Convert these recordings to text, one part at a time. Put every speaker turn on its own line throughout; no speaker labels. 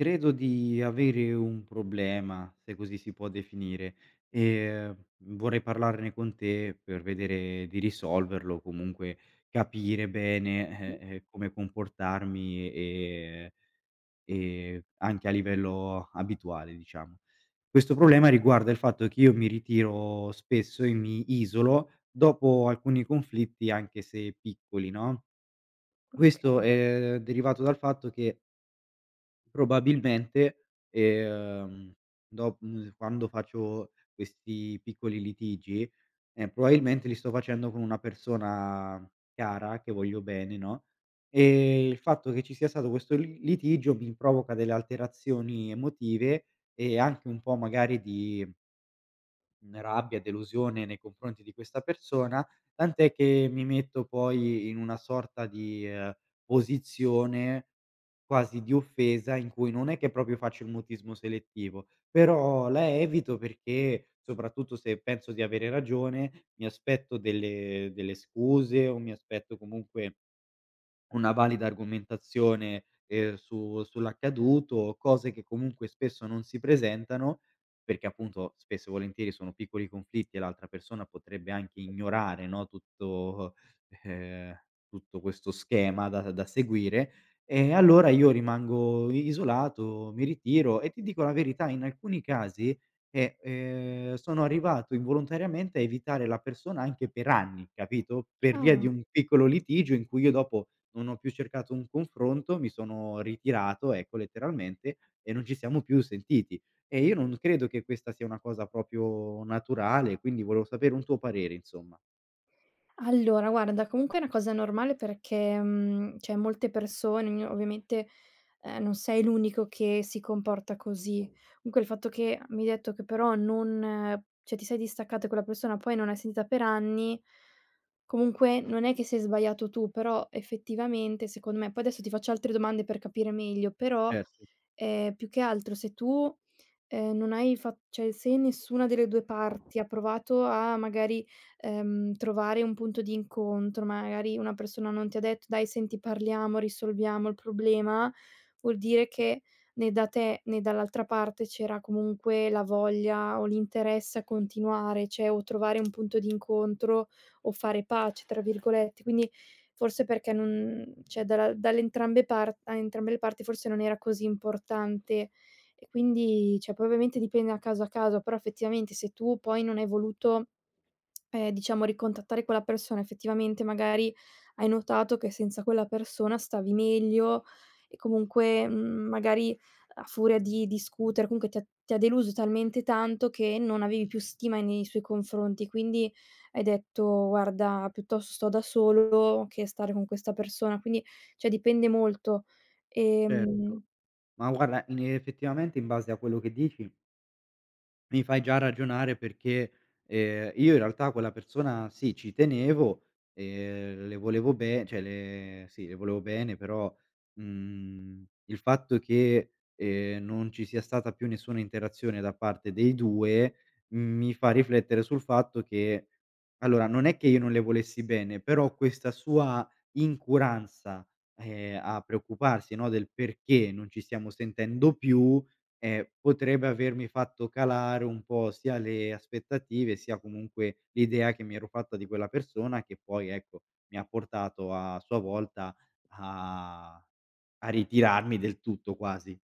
Credo di avere un problema, se così si può definire, e vorrei parlarne con te per vedere di risolverlo, comunque capire
Mh.
bene, come comportarmi e anche a livello abituale, diciamo. Questo problema riguarda il fatto che io mi ritiro spesso e mi isolo dopo alcuni conflitti anche se piccoli, no,
oka
questo è derivato dal fatto che probabilmente, quando faccio questi piccoli litigi, probabilmente li sto facendo con una persona cara, che voglio bene, no, il fatto che ci sia stato questo li litigio mi provoca delle alterazioni emotive e anche un po' magari di mhmm, rabbia, delusione nei confronti di questa persona, tant'è che mi metto poi in una sorta di, posizione quasi di offesa, in cui non è che proprio faccio il mutismo selettivo, però la evito perché, soprattutto se penso di avere ragione, mi aspetto delle scuse o mi aspetto comunque una valida argomentazione, su sull'accaduto, cose che comunque spesso non si presentano, perché appunto spesso e volentieri sono piccoli conflitti e l'altra persona potrebbe anche ignorare, no, tutto ehm, tutto questo schema da seguire. E allora io rimango i isolato, mi ritiro e ti dico la verità, in alcuni casi, sono arrivato involontariamente a evitare la persona anche per anni, capito, per via di
Ah.
un piccolo litigio in cui io dopo non ho più cercato un confronto, mi sono ritirato, ecco, letteralmente, e non ci siamo più sentiti. E io non credo che questa sia una cosa proprio naturale, quindi volevo sapere un tuo parere, insomma.
Allora guarda, comunque è una cosa normale perché, cioè molte persone, ognu ovviamente, non sei l'unico che si comporta così. Comunque il fatto che mi hai detto che però non cioè ti sei distaccata da quella persona, poi non l'hai sentita per anni, comunque non è che sei sbagliato tu, però effettivamente secondo me poi adesso ti faccio altre domande per capire meglio, però
Certo,
Più che altro se tu, non hai fa cioè se nessuna delle 2 parti ha provato a magari, trovare un punto di incontro, magari una persona non ti ha detto: "Dai senti parliamo, risolviamo il problema", vuol dire che né da te né dall'altra parte c'era comunque la voglia o l'interesse a continuare, cioè o trovare un punto di incontro o "fare pace" tra virgolette, quindi forse perché non cioè dalla dall'entrambe par a entrambe le parti forse non era così importante e quindi cioè poi ovviamente dipende da caso a caso, però effettivamente se tu poi non hai voluto, diciamo, ricontattare quella persona, effettivamente magari hai notato che senza quella persona stavi meglio e comunque, magari a furia di discutere, comunque ti ha deluso talmente tanto che non avevi più stima nei suoi confronti. Quindi hai detto: "Guarda, piuttosto sto da solo che stare con questa persona". Quindi, cioè, dipende molto.
certo.
Ehm
Ma guarda, in effettivamente in base a quello che dici mi fai già ragionare perché, io in realtà a quella persona sì, ci tenevo, le volevo be cioè le sì, le volevo bene, però, il fatto che, non ci sia stata più nessuna interazione da parte dei 2 mi fa riflettere sul fatto che allora, non è che io non le volessi bene, però questa sua incuranza, a preoccuparsi, no, del perché non ci stiamo sentendo più, potrebbe avermi fatto calare un po' sia le aspettative, sia comunque l'idea che mi ero fatta di quella persona che poi, ecco, mi ha portato a sua volta a a ritirarmi del tutto quasi.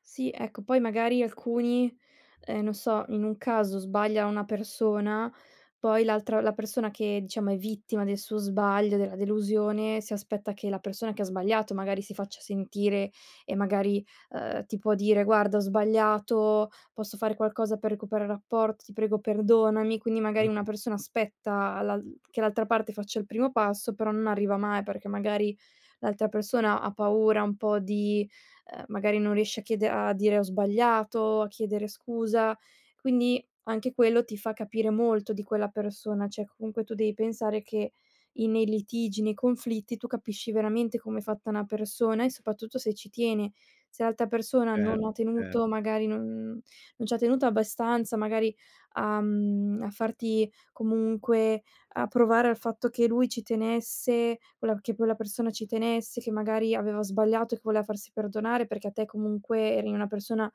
Sì, ecco, poi magari alcuni, non so, in un caso sbagliano una persona, poi l'altra la persona che diciamo è vittima del suo sbaglio, della delusione, si aspetta che la persona che ha sbagliato magari si faccia sentire e magari, ti può dire: "Guarda ho sbagliato, posso fare qualcosa per recuperare il rapporto, ti prego perdonami." Quindi magari una
Mh-mh,
persona aspetta l'al che l'altra parte faccia il primo passo, però non arriva mai perché magari l'altra persona ha paura un po' di, magari non riesci a chiede a dire: "Ho sbagliato", a chiedere scusa. Quindi anche quello ti fa capire molto di quella persona, cioè comunque tu devi pensare che i nei litigi, nei conflitti, tu capisci veramente com'è fatta una persona e soprattutto se ci tiene. Se l'altra persona
certo,
non ha tenuto
certo.
magari non non ci ha tenuto abbastanza magari a, a farti comunque, a provare al fatto che lui ci tenesse, quella persona ci tenesse, che magari aveva sbagliato e che voleva farsi perdonare perché a te comunque eri una persona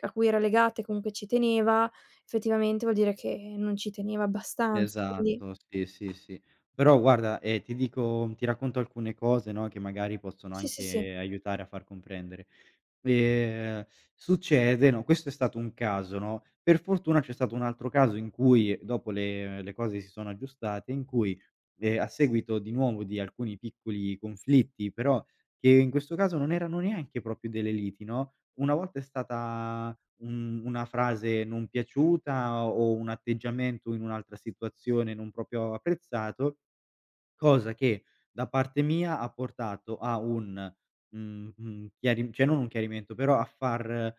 a cui era legata e comunque ci teneva, effettivamente vuol dire che non ci teneva abbastanza, quindi
Esatto, sì, sì, sì. Però guarda, ti dico ti racconto alcune cose, no, che magari possono
sì, sì, sì.
anche aiutare a far comprendere. Ehm, succede, no, questo è stato un caso, no, per fortuna c'è stato un altro caso in cui dopo le cose si sono aggiustate, in cui, a seguito di nuovo di alcuni piccoli conflitti, però che in questo caso non erano neanche proprio delle liti, no, una volta è stata un una frase non piaciuta o un atteggiamento in un'altra situazione non proprio apprezzato, cosa che da parte mia ha portato a un, chiarim cioè non un chiarimento, però a far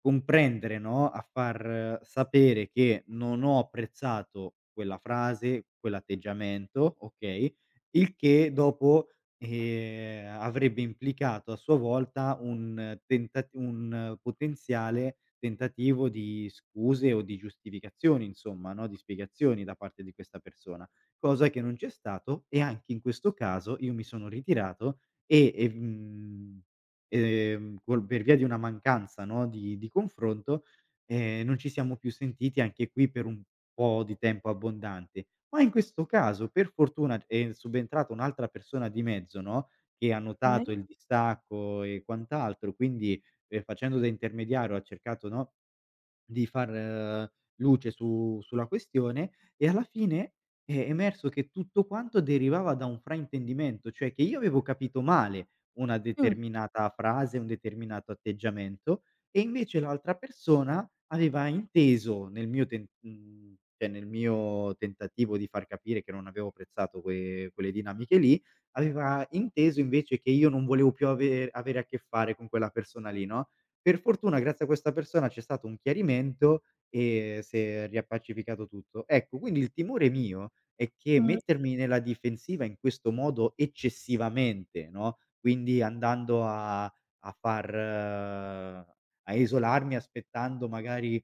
comprendere, no, a far sapere che non ho apprezzato quella frase, quell'atteggiamento, okay, il che dopo, avrebbe implicato a sua volta un potenziale tentativo di scuse o di giustificazioni insomma, no, di spiegazioni da parte di questa persona, cosa che non c'è stato, e anche in questo caso io mi sono ritirato e e mhmm, col per via di una mancanza, no, di confronto, non ci siamo più sentiti anche qui per un po' di tempo abbondante. Ma in questo caso per fortuna è subentrata un'altra persona di mezzo, no, che ha notato
Okay.
il distacco e quant'altro, quindi, facendo da intermediario ha cercato, no, di far luce su sulla questione, e alla fine è emerso che tutto quanto derivava da un fraintendimento, cioè che io avevo capito male una
Mh.
determinata frase, un determinato atteggiamento, e invece l'altra persona aveva inteso nel mio cioè nel mio tentativo di far capire che non avevo apprezzato quelle dinamiche lì, aveva inteso invece che io non volevo più avere a che fare con quella persona lì, no. Per fortuna, grazie a questa persona, c'è stato un chiarimento e s'è riappacificato tutto. Ecco, quindi il timore mio è che
Mh.
mettermi nella difensiva in questo modo eccessivamente, no, quindi andando a far a isolarmi aspettando magari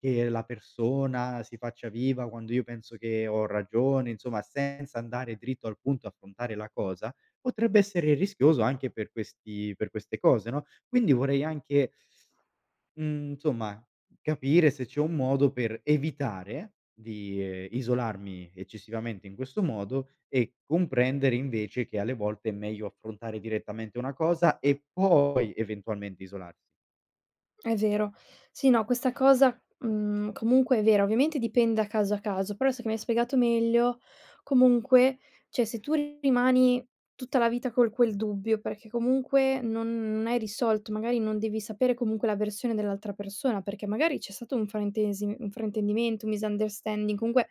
che la persona si faccia viva quando io penso che ho ragione, insomma senza andare dritto al punto, e affrontare la cosa, potrebbe essere rischioso anche per questi per queste cose, no, quindi vorrei anche Mhmm, insomma, capire se c'è un modo per evitare di, isolarmi eccessivamente in questo modo e comprendere invece che alle volte è meglio affrontare direttamente una cosa e poi eventualmente isolarsi.
È vero. Sì, no, questa cosa, comunque è vera. Ovviamente dipende da caso a caso, però adesso che mi hai spiegato meglio, comunque, cioè se tu rimani tutta la vita col quel dubbio, perché comunque non non hai risolto, magari non devi sapere comunque la versione dell'altra persona, perché magari c'è stato un fraintesi un fraintendimento, un misunderstanding, comunque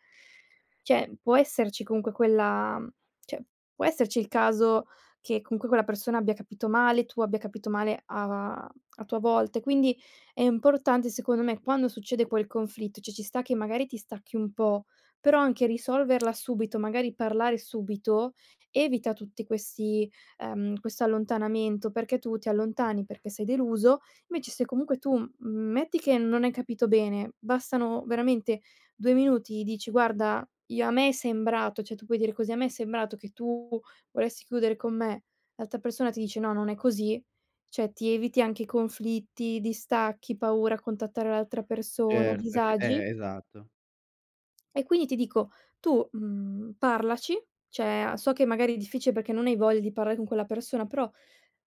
cioè cioè può esserci il caso che comunque quella persona abbia capito male, tu abbia capito male a tua volta e quindi è importante secondo me quando succede quel conflitto, cioè ci sta che magari ti stacchi un po', però anche risolverla subito, magari parlare subito, evita tutti questi, questo allontanamento, perché tu ti allontani perché sei deluso, invece se comunque tu, metti che non hai capito bene, bastano veramente 2 minuti, dici: "Guarda, io a me è sembrato", cioè tu puoi dire così: "A me è sembrato che tu volessi chiudere con me." L'altra persona ti dice: "No, non è così." Cioè, ti eviti anche conflitti, distacchi, paura a contattare l'altra persona, disagi?
Effettivamente, esatto.
E quindi ti dico, tu, parlaci, cioè so che magari è difficile perché non hai voglia di parlare con quella persona, però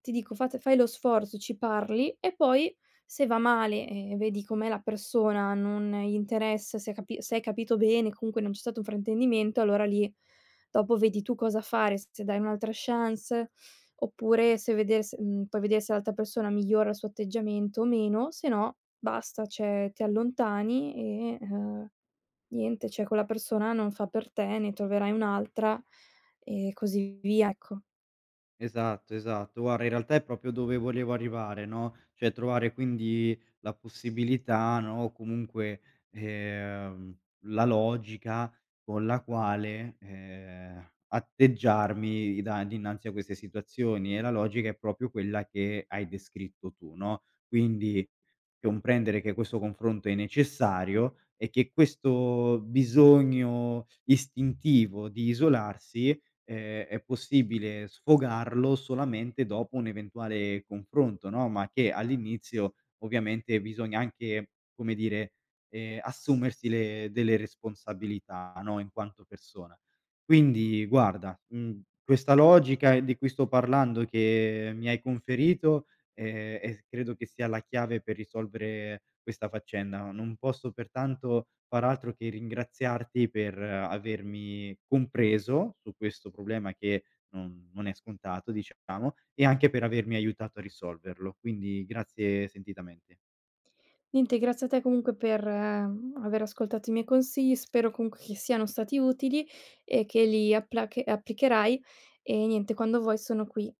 ti dico fate fai lo sforzo, ci parli e poi se va male e vedi com'è la persona, non gli interessa, se ha capi se hai capito bene, comunque non c'è stato un fraintendimento, allora lì dopo vedi tu cosa fare, se dai un'altra chance oppure se veder se mhmm, puoi vedere se l'altra persona migliora il suo atteggiamento o meno, se no basta, cioè ti allontani e. Niente, cioè quella persona non fa per te, ne troverai un'altra e così via, ecco.
Esatto, esatto. Guarda, in realtà è proprio dove volevo arrivare, no, cioè trovare quindi la possibilità, no, o comunque, ehm, la logica con la quale, atteggiarmi da dinanzi a queste situazioni, e la logica è proprio quella che hai descritto tu, no, quindi comprendere che questo confronto è necessario e che questo bisogno istintivo di isolarsi è possibile sfogarlo solamente dopo un eventuale confronto, no, ma che all'inizio ovviamente bisogna anche, come dire, assumersi le delle responsabilità, no, in quanto persona. Quindi guarda, questa logica di cui sto parlando che mi hai conferito e s credo che sia la chiave per risolvere questa faccenda. Non posso pertanto far altro che ringraziarti per avermi compreso su questo problema che non è scontato, diciamo, e anche per avermi aiutato a risolverlo. Quindi grazie sentitamente.
Niente, grazie a te comunque per aver ascoltato i miei consigli, spero comunque che siano stati utili e che li appla che applicherai e niente, quando vuoi sono qui.